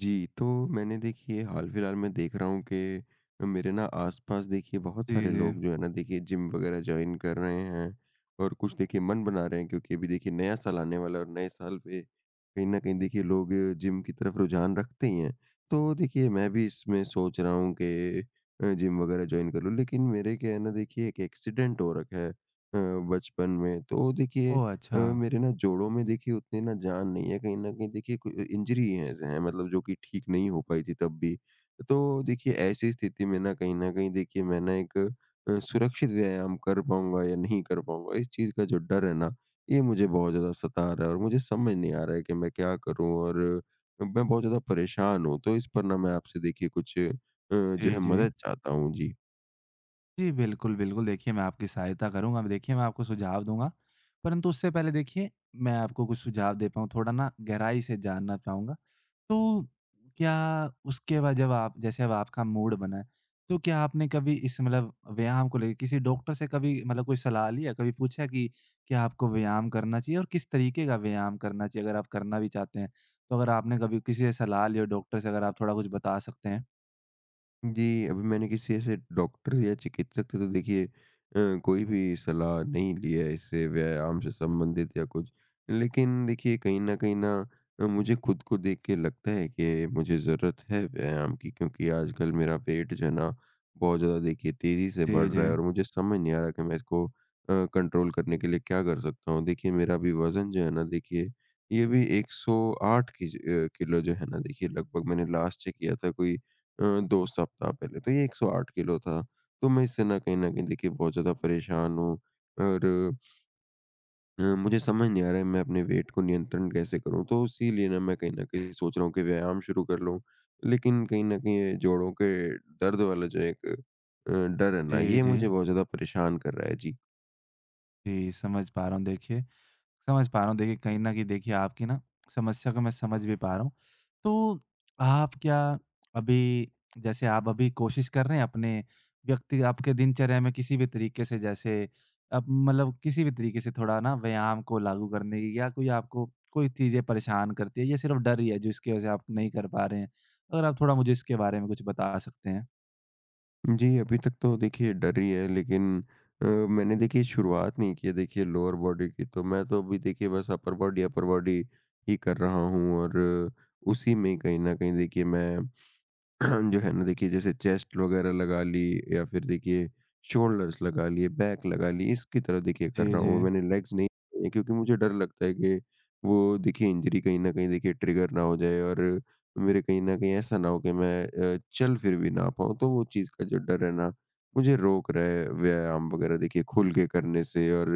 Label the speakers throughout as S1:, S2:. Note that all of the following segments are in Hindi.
S1: जी, तो मैंने देखिए हाल-फिलहाल में देख रहा हूँ कि मेरे ना आस-पास देखिए बहुत
S2: जी,
S1: सारे
S2: जी।
S1: लोग जो है ना देखिए जिम वगैरह जॉइन कर रहे हैं और कुछ देखिए मन बना रहे हैं, क्योंकि अभी देखिए नया साल आने वाला है और नए साल पे कहीं न कहीं देखिए लोग जिम की तरफ रुझान रखते ही हैं। तो देखिए मैं भी इसमें सोच रहा हूँ कि जिम वगैरह जॉइन कर लूँ, लेकिन मेरे क्या है ना देखिए एक एक्सीडेंट हो रखा है बचपन में। तो देखिए
S2: ओह! अच्छा।
S1: मेरे ना जोड़ों में देखिए उतनी ना जान नहीं है, कहीं न कहीं देखिए कोई इंजरी है, मतलब जो कि ठीक नहीं हो पाई थी तब भी। तो देखिए ऐसी स्थिति में ना कहीं न कहीं देखिए मैं ना एक सुरक्षित व्यायाम कर पाऊँगा या नहीं कर पाऊँगा, इस चीज़ का जो डर है ना, ये मुझे बहुत ज़्यादा सता रहा है, और मुझे समझ नहीं आ रहा है कि मैं क्या करूँ, और मैं बहुत ज़्यादा परेशान हूँ। तो इस पर ना मैं आपसे देखिए कुछ जो
S2: जी,
S1: है
S2: जी।
S1: मदद चाहता हूँ। जी।
S2: जी, बिल्कुल, बिल्कुल देखिए मैं आपकी सहायता करूँगा। मैं देखिए मैं आपको सुझाव दूँगा, परंतु उससे पहले देखिए मैं आपको कुछ सुझाव दे पाऊँ थोड़ा ना गहराई से जानना चाहूँगा। तो क्या उसके बाद जब आप जैसे अब आपका मूड बना है, तो क्या आपने कभी इस मतलब व्यायाम को लेके किसी डॉक्टर से कभी मतलब कोई सलाह ली है? कभी पूछा कि क्या आपको व्यायाम करना चाहिए और किस तरीके का व्यायाम करना चाहिए? अगर आप करना भी चाहते हैं, तो अगर आपने कभी किसी से सलाह ली हो डॉक्टर से अगर आप थोड़ा कुछ बता सकते हैं?
S1: जी, अभी मैंने किसी ऐसे डॉक्टर या चिकित्सक से तो देखिए कोई भी सलाह नहीं ली है इससे व्यायाम से संबंधित या कुछ। लेकिन देखिए कहीं न कहीं ना मुझे खुद को देख के लगता है कि मुझे ज़रूरत है व्यायाम की, क्योंकि आजकल मेरा पेट जो है ना बहुत ज़्यादा देखिए तेज़ी से
S2: जी,
S1: बढ़
S2: जी।
S1: रहा है, और मुझे समझ नहीं आ रहा कि मैं इसको कंट्रोल करने के लिए क्या कर सकता हूँ। देखिए मेरा अभी वज़न जो है ना देखिए ये भी 108 किलो जो है ना देखिए लगभग। मैंने लास्ट चेक किया था कोई 2 सप्ताह पहले, तो ये 108 किलो था। तो मैं इससे ना कहीं न कहीं देखिए बहुत ज़्यादा परेशान हूँ, और मुझे समझ नहीं आ रहा है मैं अपने वेट को नियंत्रण कैसे करूँ? तो इसीलिए ना मैं कहीं न कहीं सोच रहा हूँ कि व्यायाम शुरू कर लूँ। लेकिन कहीं न कहीं ये जोड़ों के दर्द वाला जो एक डर है ना,
S2: जी,
S1: ये
S2: जी।
S1: मुझे बहुत ज़्यादा परेशान कर रहा है। जी।
S2: जी, समझ पा रहा हूँ देखिए, समझ पा रहा हूँ देखिए कहीं न कहीं देखिए आपकी ना समस्या को मैं समझ भी पा रहा हूँ। तो आप क्या अभी जैसे आप अभी कोशिश कर रहे हैं अपने व्यक्ति आपके दिनचर्या में किसी भी तरीके से जैसे अब मतलब किसी भी तरीके से थोड़ा ना व्यायाम को लागू करने की या कोई आपको कोई चीज़ें परेशान करती है या सिर्फ़ डर ही है जिसकी वज़ह से आप नहीं कर पा रहे हैं? अगर आप थोड़ा मुझे इसके बारे में कुछ बता सकते हैं?
S1: जी, अभी तक तो देखिए डर ही है, लेकिन मैंने देखिए शुरुआत नहीं की है देखिए लोअर बॉडी की, तो मैं तो अभी देखिए बस अपर बॉडी ही कर रहा हूँ, और उसी में ही कहीं न कहीं देखिए मैं जो है ना देखिए जैसे चेस्ट वगैरह लगा ली, या फिर देखिए शोल्डर्स लगा लिए, बैक लगा ली, इसकी तरफ देखिए कर
S2: जी,
S1: रहा
S2: जी।
S1: हूँ। मैंने लेग्स नहीं लिए, क्योंकि मुझे डर लगता है कि वो देखिए इंजरी कहीं न कहीं देखिए ट्रिगर ना हो जाए, और मेरे कहीं न कहीं ऐसा ना हो कि मैं चल फिर भी ना पाऊँ। तो वो चीज़ का जो डर है ना, मुझे रोक रहा है व्यायाम वगैरह देखिए खुल के करने से, और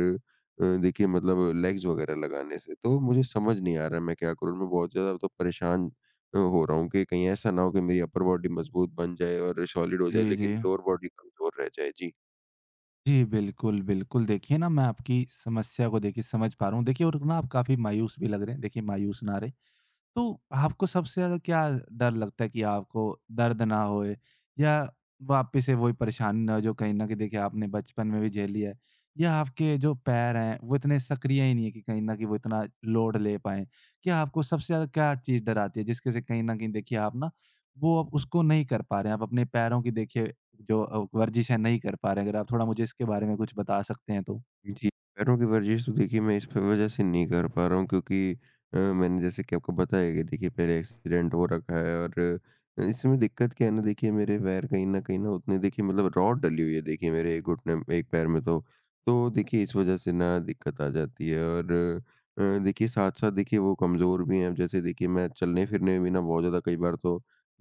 S1: देखिए मतलब लेग्स वगैरह लगाने से। तो मुझे समझ नहीं आ रहा मैं क्या करूँ? मैं बहुत ज़्यादा तो परेशान हो रहा हूँ कि कहीं ऐसा ना हो कि मेरी अपर बॉडी मजबूत बन जाए और सॉलिड हो जाए,
S2: जी, जी।
S1: लेकिन लोअर बॉडी कमज़ोर रह जाए। जी।
S2: जी, बिल्कुल, बिल्कुल। देखिए ना मैं आपकी समस्या को देखिए समझ पा रहा हूँ। देखिए और ना आप काफ़ी मायूस भी लग रहे हैं। देखिए मायूस ना रहें। तो आपको सबसे ज़्यादा क्या डर लगता है कि आपको दर्द ना होए या वापिस से वही परेशानी ना हो जो कहीं न कहीं देखिए आपने बचपन में भी झेली है? या आपके जो पैर हैं वो इतने सक्रिय ही नहीं है कि कहीं न कहीं वो इतना लोड ले पाएँ? क्या आपको सबसे ज़्यादा क्या चीज़ डराती है जिसके से कहीं न कहीं देखिए आप ना वो अब उसको नहीं कर पा रहे हैं, आप अपने पैरों की देखिए जो वर्जिश है नहीं कर पा रहे हैं? अगर आप थोड़ा मुझे इसके बारे में कुछ बता सकते हैं तो?
S1: जी, पैरों की वर्जिश तो देखिए मैं इस प वज़ह से नहीं कर पा रहा हूँ, क्योंकि मैंने जैसे कि आपको बताया कि देखिए पहले एक्सीडेंट हो रखा है, और इसमें दिक्कत क्या है ना देखिए मेरे पैर कहीं न कहीं ना उतने देखिए, मतलब रॉड डली हुई है देखिए मेरे एक घुटने में, एक पैर में तो। तो देखिए इस वज़ह से ना दिक्कत आ जाती है, और देखिए साथ-साथ देखिए वो कमज़ोर भी हैं। अब जैसे देखिए मैं चलने-फिरने में भी ना बहुत ज़्यादा कई बार तो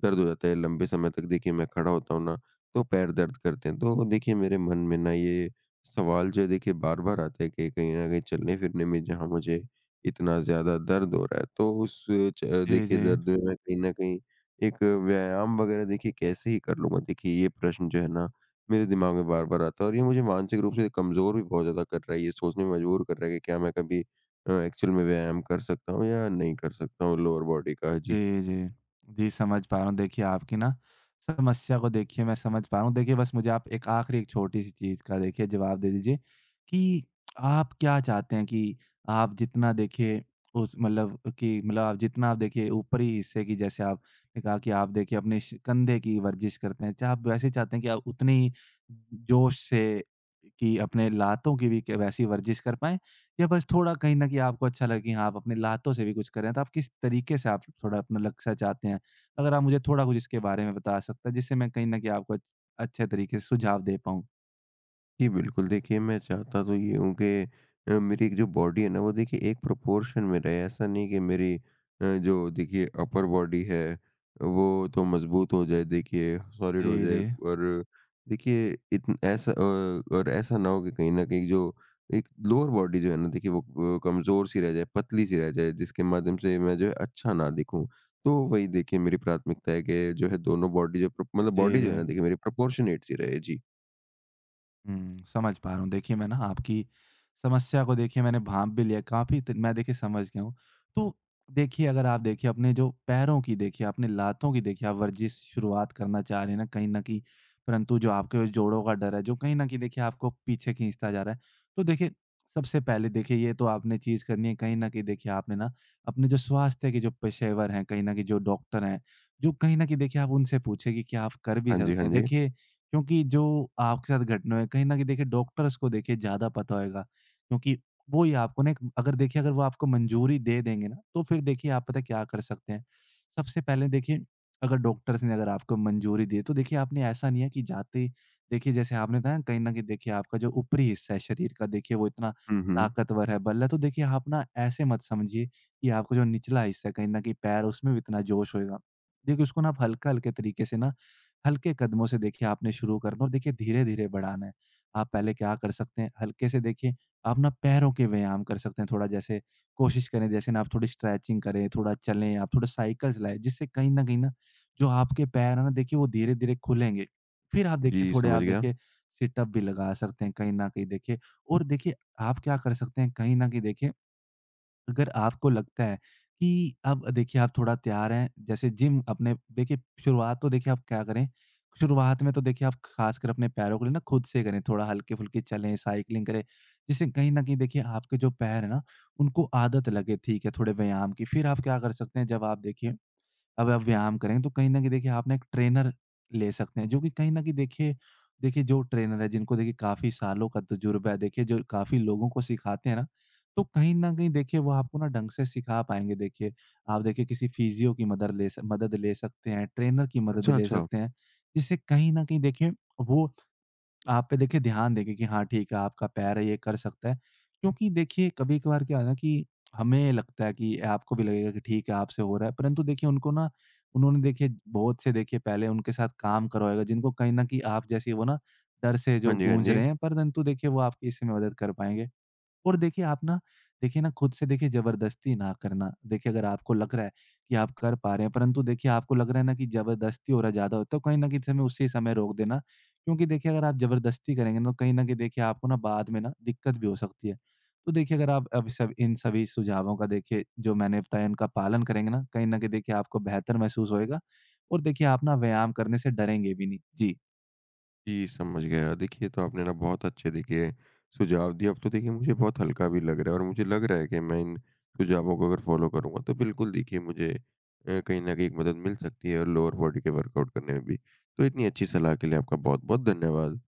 S1: दर्द हो जाता है। लंबे समय तक देखिए मैं खड़ा होता हूँ ना, तो पैर दर्द करते हैं। तो देखिए मेरे मन में ना ये सवाल जो है देखिए बार-बार आता है कि कहीं न कहीं चलने-फिरने में जहाँ मुझे इतना ज़्यादा दर्द हो रहा है, तो उस च
S2: जी,
S1: देखिए
S2: जी।
S1: दर्द में मैं कहीं न कहीं एक व्यायाम वग़ैरह देखिए कैसे ही कर लूँगा? देखिए ये प्रश्न जो है ना, मेरे दिमाग में बार-बार आता है, और ये मुझे मानसिक रूप से कमज़ोर भी बहुत ज़्यादा कर रहा है। ये सोचने में मजबूर कर रहा है कि क्या मैं कभी एक्चुअल में व्यायाम कर सकता हूँ या नहीं कर सकता हूँ लोअर बॉडी का? जी।
S2: जी, जी। जी, समझ पा रहा हूँ। देखिए, आपकी ना समस्या को देखिए मैं समझ पा रहा हूँ। देखिए, बस मुझे आप एक आखिरी एक छोटी-सी चीज़ का देखिए जवाब दे दीजिए कि आप क्या चाहते हैं कि आप जितना देखिए उस मतलब कि मतलब आप जितना आप देखिए ऊपरी हिस्से की जैसे आपने कहा कि आप देखिए अपने श कंधे की वर्जिश करते हैं, क्या आप वैसे चाहते हैं कि आप उतनी जोश से कि अपने लातों की भी क वैसी वर्जिश कर पाएँ? या बस थोड़ा कहीं न कहीं आपको अच्छा लगे कि हाँ, आप अपने लातों से भी कुछ कर रहे हैं, तो आप किस तरीके से आप थोड़ा अपना लक्ष्य चाहते हैं? अगर आप मुझे थोड़ा कुछ इसके बारे में बता सकते हैं, जिससे मैं कहीं न कहीं आपको अच्छे तरीके से सुझाव दे पाऊँ?
S1: जी, बिल्कुल। देखिए, मैं चाहता तो ये हूँ कि मेरी एक जो बॉडी है ना, वो देखिए एक प्रोपोर्शन में रहे। ऐसा नहीं कि मेरी जो देखिए अपर बॉडी है, वो तो मज़बूत हो जाए, देखिए सॉलिड हो
S2: जी,
S1: जाए,
S2: जी।
S1: और देखिए इतन ऐसा और ऐसा ना हो कि कहीं न कहीं जो एक लोअर बॉडी जो है ना, देखिए वो कमज़ोर-सी रह जाए, पतली-सी रह जाए, जिसके माध्यम से मैं जो है अच्छा ना दिखूँ। तो वही देखिए मेरी प्राथमिकता है कि जो है दोनों बॉडी जो प्रो मतलब
S2: जी,
S1: बॉडी जो है
S2: जी।
S1: ना, देखिए मेरी प्रोपोर्शनेट-सी रहे। जी।
S2: हुँ, समझ पा रहा हूँ। देखिए मैं ना आपकी समस्या को देखिए मैंने भाँप भी लिया, काफ़ी त मैं देखिए समझ गया हूँ। तो देखिए अगर आप देखिए अपने जो पैरों की देखिए, अपने लातों की देखिए आप वर्जिश शुरुआत करना चाह रहे हैं ना कहीं न कहीं, परंतु जो आपके जोड़ों का डर है, जो कहीं न कहीं देखिए आपको पीछे खींचता जा रहा है। तो देखिए सबसे पहले देखिए ये तो आपने चीज़ करनी है कहीं न कहीं देखिए आपने ना अपने जो स्वास्थ्य के जो पेशेवर हैं, कहीं न कहीं जो डॉक्टर हैं, जो कहीं न कहीं देखिए आप उनसे पूछे कि क्या आप कर भी
S1: हाँ जी,
S2: सकते
S1: हाँ
S2: हैं।
S1: जी।
S2: देखिए क्योंकि जो आपके साथ घटना हुई है, कहीं न कहीं देखिए डॉक्टर्स को देखिए ज़्यादा पता होएगा, क्योंकि वो ही आपको ना एक अगर देखिए अगर वो आपको मंजूरी दे देंगे ना, तो फिर देखिए आप पता है क्या कर सकते हैं। सबसे पहले देखिए अगर डॉक्टर्स ने अगर आपको मंजूरी दी है, तो देखिए आपने ऐसा नहीं है कि जाते ही देखिए जैसे आपने बताया ना कहीं न कहीं देखिए आपका जो ऊपरी हिस्सा है शरीर का देखिए वो इतना
S1: हुँ, हुँ।
S2: ताकतवर है, बल है, तो देखिए आप ना ऐसे मत समझिए कि आपका जो निचला हिस्सा है कहीं न कहीं पैर उसमें भी इतना जोश होएगा। देखिए उसको ना आप हल्का-हल्के तरीके से ना हल्के कदमों से देखिए आपने शुरू करना और देखिए धीरे-धीरे बढ़ाना है। आप पहले क्या कर सकते हैं, हल्के से देखिए आप ना पैरों के व्यायाम कर सकते हैं थोड़ा जैसे कोशिश करें जैसे ना आप थोड़ी स्ट्रेचिंग करें, थोड़ा चलें, आप थोड़ा साइकिल चलाएँ, जिससे कहीं न कहीं ना जो आपके पैर हैं ना देखिए वो धीरे-धीरे खुलेंगे। फिर आप देखिए
S1: जी,
S2: थोड़े
S1: समझ
S2: आप
S1: गया।
S2: देखिए सिट अप भी लगा सकते हैं कहीं न कहीं देखिए और देखिए आप क्या कर सकते हैं कहीं न कहीं देखिए अगर आपको लगता है कि अब देखिए आप थोड़ा तैयार हैं जैसे जिम अपने देखिए शुरुआत तो देखिए आप क्या करें, शुरुआत में तो देखिए आप खासकर अपने पैरों के लिए ना खुद से करें, थोड़ा हल्के-फुल्के चलें, साइक्लिंग करें, जिससे कहीं न कहीं देखिए आपके जो पैर हैं ना, उनको आदत लगे ठीक है थोड़े व्यायाम की। फिर आप क्या कर सकते हैं जब आप देखिए अब आप व्यायाम करेंगे तो कहीं न कहीं देखिए आप ना एक ट्रेनर ले सकते हैं, जो कि कहीं न कहीं देखिए देखिए जो ट्रेनर है जिनको देखिए काफ़ी सालों का तजुर्बा है, देखिए जो काफ़ी लोगों को सिखाते हैं ना, तो कहीं न कहीं देखिए वो आपको ना ढंग से सिखा पाएँगे देखिए। आप देखिए किसी फिजियो की मदद ले स मदद ले सकते हैं, ट्रेनर की मदद
S1: अच्छा,
S2: ले
S1: अच्छा।
S2: सकते हैं, जिससे कहीं न कहीं देखिए वो आप पे देखिए ध्यान देंगे कि हाँ ठीक है, आपका पैर है, ये कर सकता है। क्योंकि देखिए कभी-कभार क्या है ना कि हमें लगता है कि आपको भी लगेगा कि ठीक है, आपसे हो रहा है। परंतु देखिए उनको ना उन्होंने देखिए बहुत से देखिए पहले उनके साथ काम करवाएगा जिनको कहीं न कहीं आप जैसे वो ना डर से
S1: हाँ
S2: जो
S1: जी, हाँ
S2: गूँज
S1: जी।
S2: रहे हैं, परंतु देखिए वो आपकी इसमें मदद कर पाएँगे। और देखिए आप ना देखिए ना खुद से देखिए ज़बरदस्ती ना करना। देखिए अगर आपको लग रहा है कि आप कर पा रहे हैं, परंतु देखिए आपको लग रहा है ना कि ज़बरदस्ती हो रहा ज़्यादा होता है, कहीं न कहीं समय उसी समय रोक देना। क्योंकि देखिए अगर आप ज़बरदस्ती करेंगे ना, तो कहीं न कहीं देखिए आपको ना बाद में ना दिक्कत भी हो सकती है। तो देखिए अगर आप अब सब इन सभी सुझावों का देखिए जो मैंने बताया इनका पालन करेंगे ना, कहीं न कहीं देखिए आपको बेहतर महसूस होएगा और देखिए आप ना व्यायाम करने से डरेंगे भी नहीं। जी।
S1: जी, समझ गया। देखिए, ये तो आपने ना बहुत अच्छे देखिए सुझाव दिए। अब तो देखिए मुझे बहुत हल्का भी लग रहा है, और मुझे लग रहा है कि मैं इन सुझावों को अगर फ़ॉलो करूँगा तो बिल्कुल देखिए मुझे कहीं न कहीं एक मदद मिल सकती है, और लोअर बॉडी के वर्कआउट करने में भी। तो इतनी अच्छी सलाह के लिए आपका बहुत-बहुत धन्यवाद।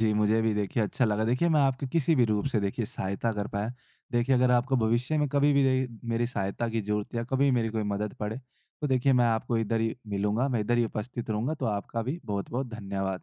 S2: जी, मुझे भी देखिए अच्छा लगा। देखिए, मैं आपकी किसी भी रूप से देखिए सहायता कर पाया। देखिए, अगर आपको भविष्य में कभी भी दे मेरी सहायता की ज़रूरत या कभी मेरी कोई मदद पड़े, तो देखिए मैं आपको इधर ही मिलूँगा, मैं इधर ही उपस्थित रहूँगा। तो आपका भी बहुत-बहुत धन्यवाद।